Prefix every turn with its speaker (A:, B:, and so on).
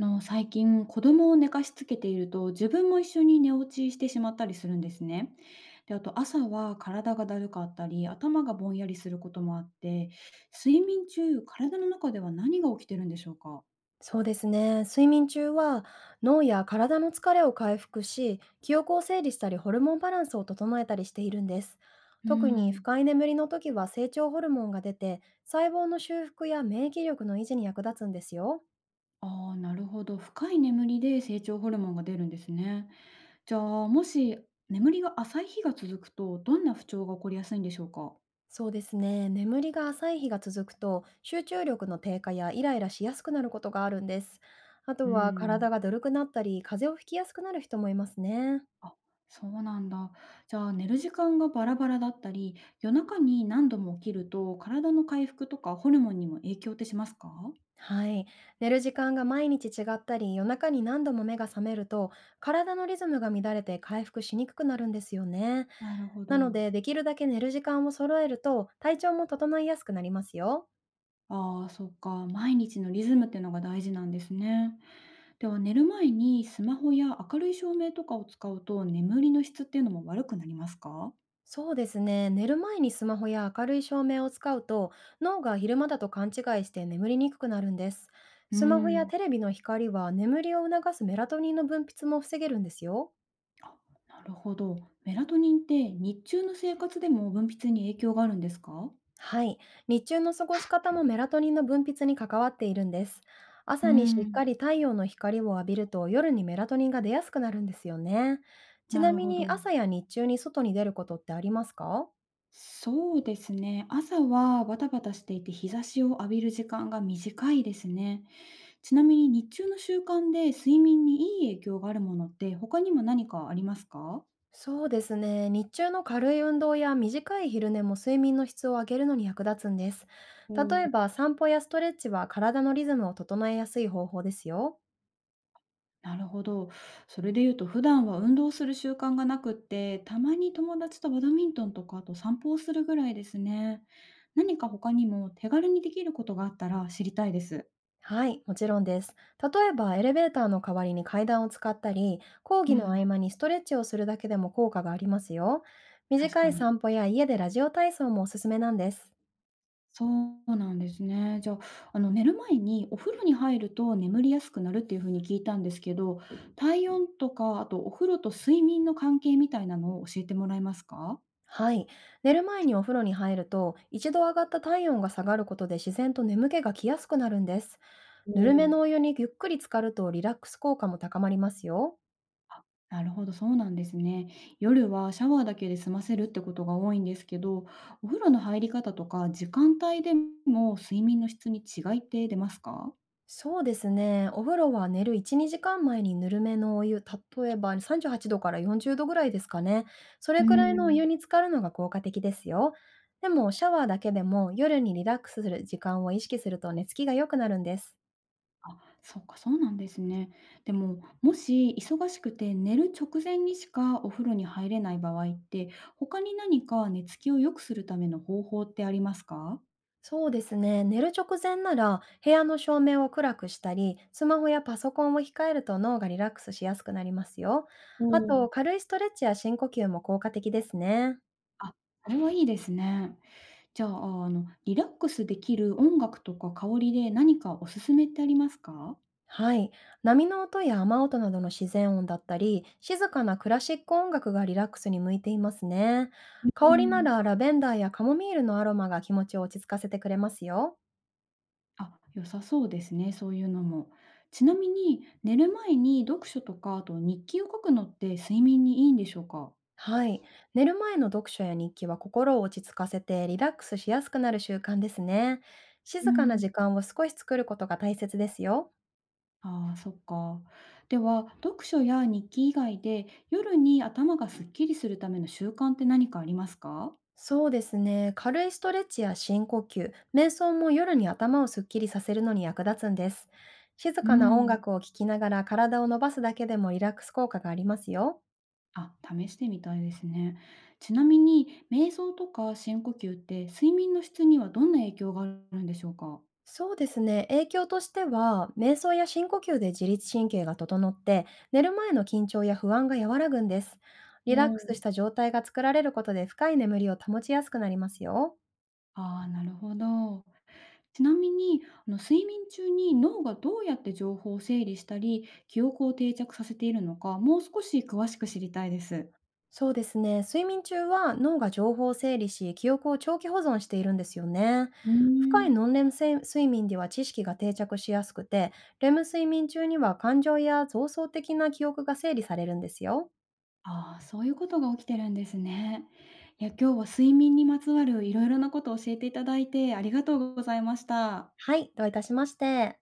A: の最近子供を寝かしつけていると自分も一緒に寝落ちしてしまったりするんですね。であと朝は体がだるかったり頭がぼんやりすることもあって睡眠中体の中では何が起きてるんでしょうか？
B: そうですね。睡眠中は脳や体の疲れを回復し、記憶を整理したりホルモンバランスを整えたりしているんです。
A: う
B: 特に
A: ん。
B: 深い眠りの時は成長ホルモンが出て、細胞の修復や免疫力の維持に役立つんですよ。
A: ああ、なるほど、深い眠りで成長ホルモンが出るんですね。じゃあもし眠りが浅い日が続くとどんな不調が起こりやすいんでしょうか？
B: そうですね。眠りが浅い日が続くと、集中力の低下やイライラしやすくなることがあるんです。あ
A: う
B: とは体
A: ん。
B: がだるくなったり、風邪をひきやすくなる人もいますね。
A: あ、そうなんだ。じゃあ寝る時間がバラバラだったり、夜中に何度も起きると体の回復とかホルモンにも影響ってしますか？
B: はい。寝る時間が毎日違ったり、夜中に何度も目が覚めると、体のリズムが乱れて回復しにくくなるんですよね。
A: なるほ
B: なの
A: ど。
B: で、できるだけ寝る時間を揃えると、体調も整いやすくなりますよ。
A: ああ、そっか。毎日のリズムっていうのが大事なんですね。では寝る前にスマホや明るい照明とかを使うと眠りの質っていうのも悪くなりますか？
B: そうですね。寝る前にスマホや明るい照明を使うと、脳が昼間だと勘違いして眠りにくくなるんです。
A: うー
B: スマホや
A: ん。
B: テレビの光は眠りを促すメラトニンの分泌も防げるんですよ。
A: あ、なるほど。メラトニンって日中の生活でも分泌に影響があるんですか？
B: はい。日中の過ごし方もメラトニンの分泌に関わっているんです。
A: うー
B: 朝にしっ
A: ん、
B: かり太陽の光を浴びると夜にメラトニンが出やすくなるんですよね。ち
A: な
B: な
A: る
B: み
A: ほ
B: に
A: ど。
B: 朝や日中に外に出ることってありますか？
A: そうですね。朝はバタバタしていて日差しを浴びる時間が短いですね。ちなみに日中の習慣で睡眠にいい影響があるものって他にも何かありますか？
B: そうですね。日中の軽い運動や短い昼寝も睡眠の質を上げるのに役立つんです。
A: お
B: 例え
A: ー、
B: ば散歩やストレッチは体のリズムを整えやすい方法ですよ。
A: なるほど。それで言うと普段は運動する習慣がなくって、たまに友達とバドミントンとかあと散歩をするぐらいですね。何か他にも手軽にできることがあったら知りたいです。
B: はい、もちろんです。例えば、エレベーターの代わりに階段を使ったり、講
A: う
B: 義の
A: ん、
B: 合間にストレッチをするだけでも効果がありますよ。
A: 確
B: 短い
A: かに。
B: 散歩や家でラジオ体操もおすすめなんです。
A: そうなんですね。じゃあ、寝る前にお風呂に入ると眠りやすくなるっていう風に聞いたんですけど、体温とか、あとお風呂と睡眠の関係みたいなのを教えてもらえますか？
B: はい、寝る前にお風呂に入ると、一度上がった体温が下がることで自然と眠気が来やすくなるんです。
A: う
B: ぬるめ
A: ん。
B: のお湯にゆっくり浸かるとリラックス効果も高まりますよ。
A: なるほど、そうなんですね。夜はシャワーだけで済ませるってことが多いんですけど、お風呂の入り方とか時間帯でも睡眠の質に違いって出ますか？
B: そうですね。お風呂は寝る1、2時間前にぬるめのお湯、例えば38度から40度ぐらいですかね。それ
A: う
B: くらいのお湯
A: ん。
B: に浸かるのが効果的ですよ。でも、シャワーだけでも夜にリラックスする時間を意識すると寝つきが良くなるんです。
A: あ、そうか、そうなんですね。でも、もし忙しくて寝る直前にしかお風呂に入れない場合って、他に何か寝つきを良くするための方法ってありますか？
B: そうですね。寝る直前なら部屋の照明を暗くしたり、スマホやパソコンを控えると脳がリラックスしやすくなりますよ。
A: お
B: あ
A: お。
B: と、軽いストレッチや深呼吸も効果的ですね。
A: あ、それはいいですね。じゃあ、リラックスできる音楽とか香りで何かおすすめってありますか？
B: はい。波の音や雨音などの自然音だったり、静かなクラシック音楽がリラックスに向いていますね。
A: うー
B: 香りな
A: ん。
B: らラベンダーやカモミールのアロマが気持ちを落ち着かせてくれますよ。
A: あ、良さそうですね、そういうのも。ちなみに、寝る前に読書とか、あと日記を書くのって睡眠にいいんでしょうか？
B: はい。寝る前の読書や日記は心を落ち着かせてリラックスしやすくなる習慣ですね。
A: うー
B: 静かな時
A: ん。
B: 間を少し作ることが大切ですよ。
A: ああ、そっか。では、読書や日記以外で、夜に頭がすっきりするための習慣って何かありますか？
B: そうですね。軽いストレッチや深呼吸、瞑想も夜に頭をすっきりさせるのに役立つんです。静
A: う
B: かな音
A: ん。
B: 楽を聴きながら体を伸ばすだけでもリラックス効果がありますよ。
A: あ、試してみたいですね。ちなみに、瞑想とか深呼吸って睡眠の質にはどんな影響があるんでしょうか？
B: そうですね。影響としては、瞑想や深呼吸で自律神経が整って、寝る前の緊張や不安が和らぐんです。
A: お
B: リラックスし
A: お。
B: た状態が作られることで深い眠りを保ちやすくなりますよ。
A: ああ、なるほど。ちなみに、睡眠中に脳がどうやって情報を整理したり、記憶を定着させているのか、もう少し詳しく知りたいです。
B: そうですね。睡眠中は脳が情報を整理し、記憶を長期保存しているんですよね。
A: うー
B: 深い
A: ん。
B: ノンレム睡睡眠では知識が定着しやすくて、レム睡眠中には感情や増層的な記憶が整理されるんですよ。
A: ああ、そういうことが起きてるんですね。いや、今日は睡眠にまつわるいろいろなことを教えていただいてありがとうございました。
B: はい、どういたしまして。